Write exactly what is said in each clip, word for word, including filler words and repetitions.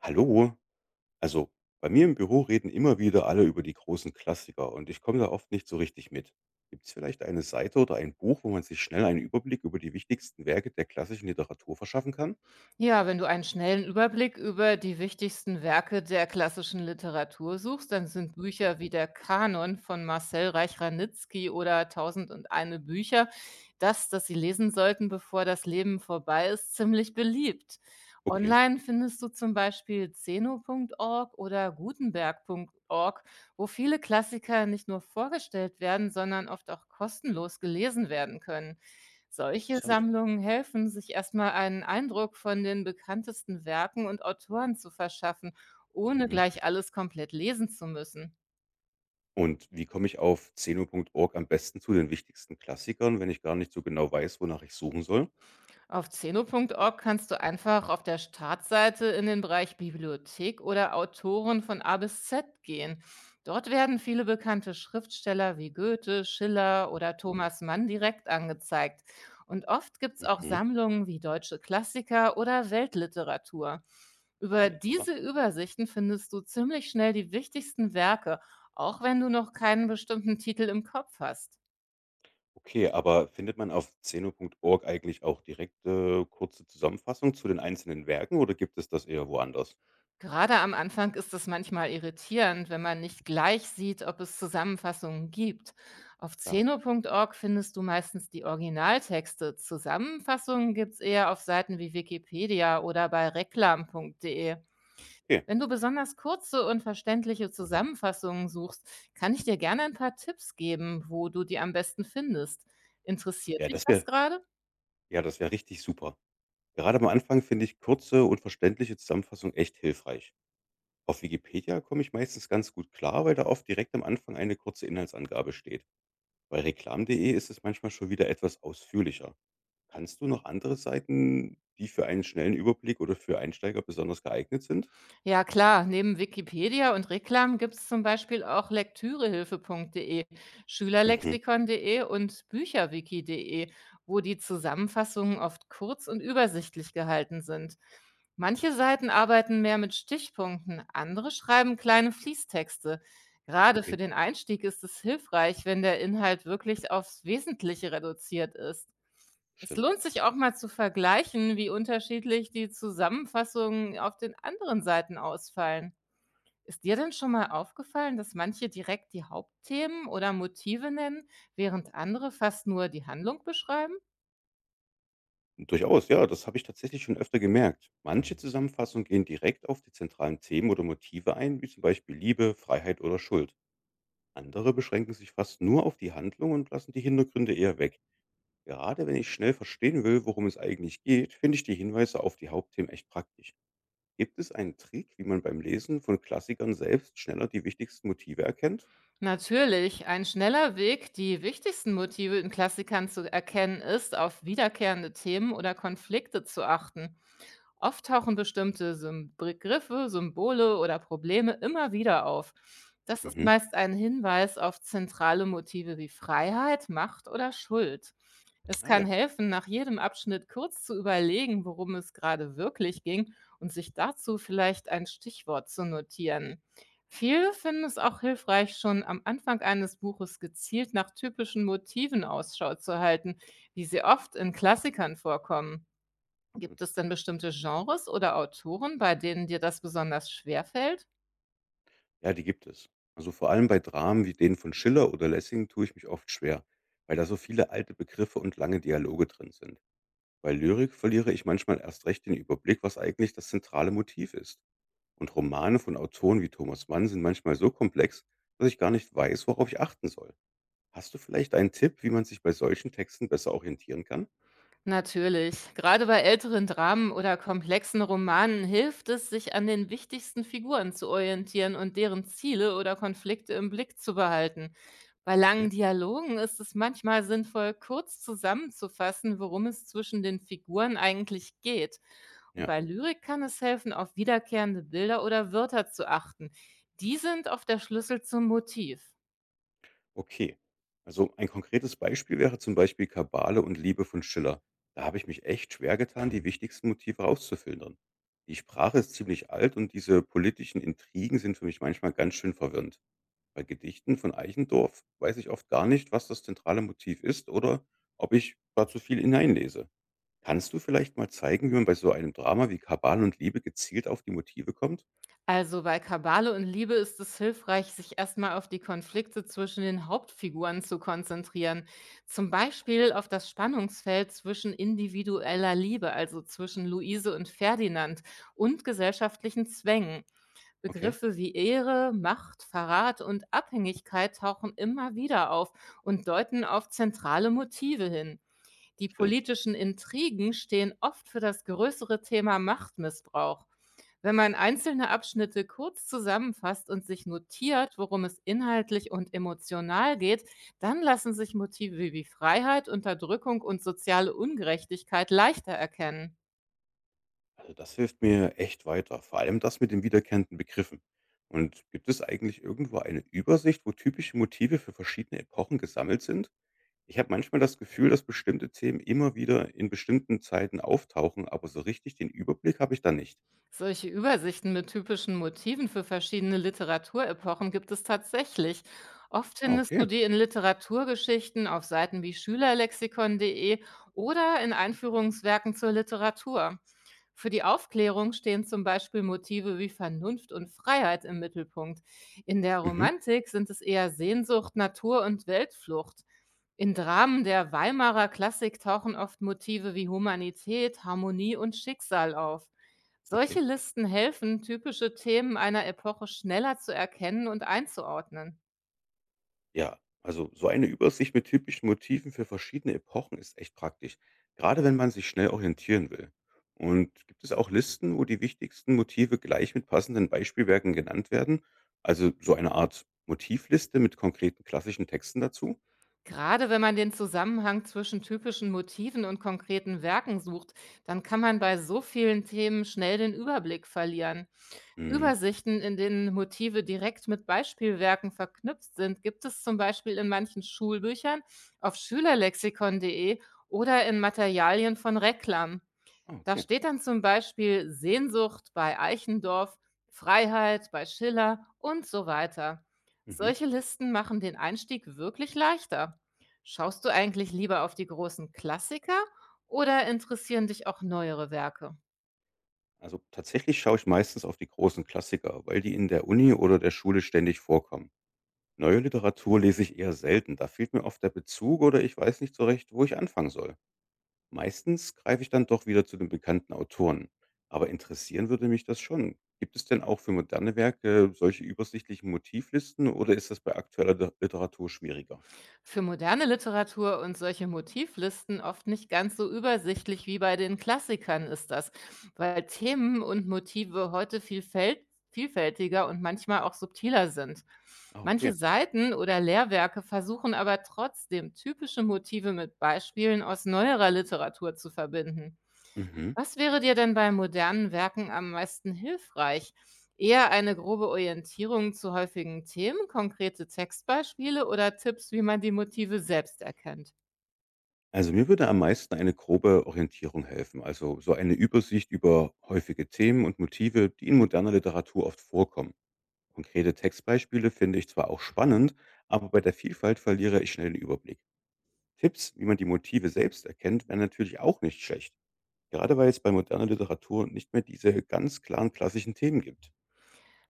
Hallo, also bei mir im Büro reden immer wieder alle über die großen Klassiker und ich komme da oft nicht so richtig mit. Gibt es vielleicht eine Seite oder ein Buch, wo man sich schnell einen Überblick über die wichtigsten Werke der klassischen Literatur verschaffen kann? Ja, wenn du einen schnellen Überblick über die wichtigsten Werke der klassischen Literatur suchst, dann sind Bücher wie der Kanon von Marcel Reich-Ranitzky oder Tausend und eine Bücher, das, das sie lesen sollten, bevor das Leben vorbei ist, ziemlich beliebt. Okay, Online findest du zum Beispiel zeno Punkt org oder gutenberg Punkt org, wo viele Klassiker nicht nur vorgestellt werden, sondern oft auch kostenlos gelesen werden können. Solche interessant. Sammlungen helfen, sich erstmal einen Eindruck von den bekanntesten Werken und Autoren zu verschaffen, ohne Mhm. gleich alles komplett lesen zu müssen. Und wie komme ich auf zeno punkt org am besten zu den wichtigsten Klassikern, wenn ich gar nicht so genau weiß, wonach ich suchen soll? Auf zeno Punkt org kannst du einfach auf der Startseite in den Bereich Bibliothek oder Autoren von A bis Z gehen. Dort werden viele bekannte Schriftsteller wie Goethe, Schiller oder Thomas Mann direkt angezeigt. Und oft gibt es auch Mhm. Sammlungen wie deutsche Klassiker oder Weltliteratur. Über Klingt diese interessant. Übersichten findest du ziemlich schnell die wichtigsten Werke, auch wenn du noch keinen bestimmten Titel im Kopf hast. Okay, aber findet man auf zeno punkt org eigentlich auch direkte kurze Zusammenfassung zu den einzelnen Werken oder gibt es das eher woanders? Gerade am Anfang ist es manchmal irritierend, wenn man nicht gleich sieht, ob es Zusammenfassungen gibt. Auf Klar. zeno Punkt org findest du meistens die Originaltexte. Zusammenfassungen gibt es eher auf Seiten wie Wikipedia oder bei reklam Punkt de. Okay. Wenn du besonders kurze und verständliche Zusammenfassungen suchst, kann ich dir gerne ein paar Tipps geben, wo du die am besten findest. Interessiert Ja, dich das das wäre gerade? ja, das wäre richtig super. Gerade am Anfang finde ich kurze und verständliche Zusammenfassung echt hilfreich. Auf Wikipedia komme ich meistens ganz gut klar, weil da oft direkt am Anfang eine kurze Inhaltsangabe steht. Bei reklam.de ist es manchmal schon wieder etwas ausführlicher. Kannst du noch andere Seiten, die für einen schnellen Überblick oder für Einsteiger besonders geeignet sind? Ja klar, neben Wikipedia und Reklam gibt es zum Beispiel auch lektürehilfe Punkt de, Mhm. schülerlexikon Punkt de und bücherwiki Punkt de, wo die Zusammenfassungen oft kurz und übersichtlich gehalten sind. Manche Seiten arbeiten mehr mit Stichpunkten, andere schreiben kleine Fließtexte. Gerade für Okay, den Einstieg ist es hilfreich, wenn der Inhalt wirklich aufs Wesentliche reduziert ist. Es stimmt. lohnt sich auch mal zu vergleichen, wie unterschiedlich die Zusammenfassungen auf den anderen Seiten ausfallen. Ist dir denn schon mal aufgefallen, dass manche direkt die Hauptthemen oder Motive nennen, während andere fast nur die Handlung beschreiben? Durchaus, ja, das habe ich tatsächlich schon öfter gemerkt. Manche Zusammenfassungen gehen direkt auf die zentralen Themen oder Motive ein, wie zum Beispiel Liebe, Freiheit oder Schuld. Andere beschränken sich fast nur auf die Handlung und lassen die Hintergründe eher weg. Gerade wenn ich schnell verstehen will, worum es eigentlich geht, finde ich die Hinweise auf die Hauptthemen echt praktisch. Gibt es einen Trick, wie man beim Lesen von Klassikern selbst schneller die wichtigsten Motive erkennt? Natürlich, ein schneller Weg, die wichtigsten Motive in Klassikern zu erkennen, ist, auf wiederkehrende Themen oder Konflikte zu achten. Oft tauchen bestimmte Sym Begriffe, Symbole oder Probleme immer wieder auf. Das ist Mhm. meist ein Hinweis auf zentrale Motive wie Freiheit, Macht oder Schuld. Es Ah kann ja, helfen, nach jedem Abschnitt kurz zu überlegen, worum es gerade wirklich ging und sich dazu vielleicht ein Stichwort zu notieren. Viele finden es auch hilfreich, schon am Anfang eines Buches gezielt nach typischen Motiven Ausschau zu halten, wie sie oft in Klassikern vorkommen. stimmt. Gibt es denn bestimmte Genres oder Autoren, bei denen dir das besonders schwer fällt? Ja, die gibt es. Also vor allem bei Dramen wie denen von Schiller oder Lessing tue ich mich oft schwer, weil da so viele alte Begriffe und lange Dialoge drin sind. Bei Lyrik verliere ich manchmal erst recht den Überblick, was eigentlich das zentrale Motiv ist. Und Romane von Autoren wie Thomas Mann sind manchmal so komplex, dass ich gar nicht weiß, worauf ich achten soll. Hast du vielleicht einen Tipp, wie man sich bei solchen Texten besser orientieren kann? Natürlich. Gerade bei älteren Dramen oder komplexen Romanen hilft es, sich an den wichtigsten Figuren zu orientieren und deren Ziele oder Konflikte im Blick zu behalten. Bei langen Okay. Dialogen ist es manchmal sinnvoll, kurz zusammenzufassen, worum es zwischen den Figuren eigentlich geht. Und Ja, bei Lyrik kann es helfen, auf wiederkehrende Bilder oder Wörter zu achten. Die sind oft der Schlüssel zum Motiv. okay. Also ein konkretes Beispiel wäre zum Beispiel Kabale und Liebe von Schiller. Da habe ich mich echt schwer getan, die wichtigsten Motive rauszufiltern. Die Sprache ist ziemlich alt und diese politischen Intrigen sind für mich manchmal ganz schön verwirrend. Bei Gedichten von Eichendorff weiß ich oft gar nicht, was das zentrale Motiv ist oder ob ich da zu viel hineinlese. Kannst du vielleicht mal zeigen, wie man bei so einem Drama wie Kabal und Liebe gezielt auf die Motive kommt? Also bei Kabale und Liebe ist es hilfreich, sich erstmal auf die Konflikte zwischen den Hauptfiguren zu konzentrieren. Zum Beispiel auf das Spannungsfeld zwischen individueller Liebe, also zwischen Luise und Ferdinand, und gesellschaftlichen Zwängen. Okay, Begriffe wie Ehre, Macht, Verrat und Abhängigkeit tauchen immer wieder auf und deuten auf zentrale Motive hin. Die stimmt. politischen Intrigen stehen oft für das größere Thema Machtmissbrauch. Wenn man einzelne Abschnitte kurz zusammenfasst und sich notiert, worum es inhaltlich und emotional geht, dann lassen sich Motive wie Freiheit, Unterdrückung und soziale Ungerechtigkeit leichter erkennen. Also das hilft mir echt weiter, vor allem das mit den wiederkehrenden Begriffen. Und gibt es eigentlich irgendwo eine Übersicht, wo typische Motive für verschiedene Epochen gesammelt sind? Ich habe manchmal das Gefühl, dass bestimmte Themen immer wieder in bestimmten Zeiten auftauchen, aber so richtig den Überblick habe ich da nicht. Solche Übersichten mit typischen Motiven für verschiedene Literaturepochen gibt es tatsächlich. Oft Ah, findest du okay. die in Literaturgeschichten auf Seiten wie schülerlexikon Punkt de oder in Einführungswerken zur Literatur. Für die Aufklärung stehen zum Beispiel Motive wie Vernunft und Freiheit im Mittelpunkt. In der Mhm, Romantik sind es eher Sehnsucht, Natur und Weltflucht. In Dramen der Weimarer Klassik tauchen oft Motive wie Humanität, Harmonie und Schicksal auf. okay. Solche Listen helfen, typische Themen einer Epoche schneller zu erkennen und einzuordnen. Ja, also so eine Übersicht mit typischen Motiven für verschiedene Epochen ist echt praktisch, gerade wenn man sich schnell orientieren will. Und gibt es auch Listen, wo die wichtigsten Motive gleich mit passenden Beispielwerken genannt werden? Also so eine Art Motivliste mit konkreten klassischen Texten dazu? Gerade wenn man den Zusammenhang zwischen typischen Motiven und konkreten Werken sucht, dann kann man bei so vielen Themen schnell den Überblick verlieren. Mhm. Übersichten, in denen Motive direkt mit Beispielwerken verknüpft sind, gibt es zum Beispiel in manchen Schulbüchern auf schülerlexikon Punkt de oder in Materialien von Reklam. Ah, Da okay. steht dann zum Beispiel Sehnsucht bei Eichendorff, Freiheit bei Schiller und so weiter. Mhm. Solche Listen machen den Einstieg wirklich leichter. Schaust du eigentlich lieber auf die großen Klassiker oder interessieren dich auch neuere Werke? Also tatsächlich schaue ich meistens auf die großen Klassiker, weil die in der Uni oder der Schule ständig vorkommen. Neue Literatur lese ich eher selten, da fehlt mir oft der Bezug oder ich weiß nicht so recht, wo ich anfangen soll. Meistens greife ich dann doch wieder zu den bekannten Autoren. Aber interessieren würde mich das schon. Gibt es denn auch für moderne Werke solche übersichtlichen Motivlisten oder ist das bei aktueller Liter- Literatur schwieriger? Für moderne Literatur und solche Motivlisten oft nicht ganz so übersichtlich wie bei den Klassikern ist das, weil Themen und Motive heute vielfält vielfältiger und manchmal auch subtiler sind. Ah, Manche okay. Seiten oder Lehrwerke versuchen aber trotzdem typische Motive mit Beispielen aus neuerer Literatur zu verbinden. Mhm. Was wäre dir denn bei modernen Werken am meisten hilfreich? Eher eine grobe Orientierung zu häufigen Themen, konkrete Textbeispiele oder Tipps, wie man die Motive selbst erkennt? Also mir würde am meisten eine grobe Orientierung helfen, also so eine Übersicht über häufige Themen und Motive, die in moderner Literatur oft vorkommen. Konkrete Textbeispiele finde ich zwar auch spannend, aber bei der Vielfalt verliere ich schnell den Überblick. Tipps, wie man die Motive selbst erkennt, wären natürlich auch nicht schlecht. Gerade weil es bei moderner Literatur nicht mehr diese ganz klaren klassischen Themen gibt.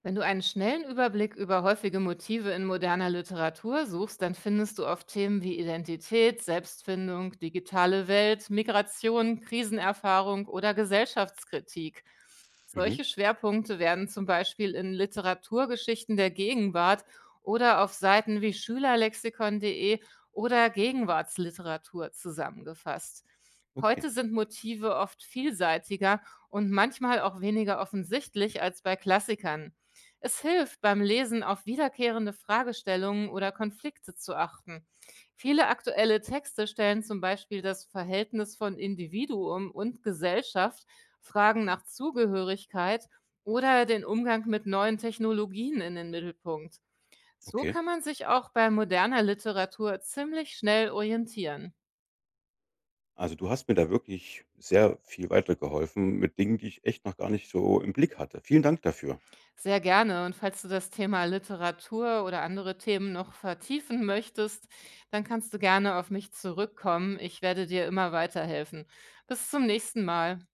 Wenn du einen schnellen Überblick über häufige Motive in moderner Literatur suchst, dann findest du oft Themen wie Identität, Selbstfindung, digitale Welt, Migration, Krisenerfahrung oder Gesellschaftskritik. Mhm. Solche Schwerpunkte werden zum Beispiel in Literaturgeschichten der Gegenwart oder auf Seiten wie schülerlexikon.de oder Gegenwartsliteratur zusammengefasst. Okay, Heute sind Motive oft vielseitiger und manchmal auch weniger offensichtlich als bei Klassikern. Es hilft beim Lesen auf wiederkehrende Fragestellungen oder Konflikte zu achten. Viele aktuelle Texte stellen zum Beispiel das Verhältnis von Individuum und Gesellschaft Fragen nach Zugehörigkeit oder den Umgang mit neuen Technologien in den Mittelpunkt. So okay. kann man sich auch bei moderner Literatur ziemlich schnell orientieren. Also du hast mir da wirklich sehr viel weitergeholfen mit Dingen, die ich echt noch gar nicht so im Blick hatte. Vielen Dank dafür. Sehr gerne. Und falls du das Thema Literatur oder andere Themen noch vertiefen möchtest, dann kannst du gerne auf mich zurückkommen. Ich werde dir immer weiterhelfen. Bis zum nächsten Mal.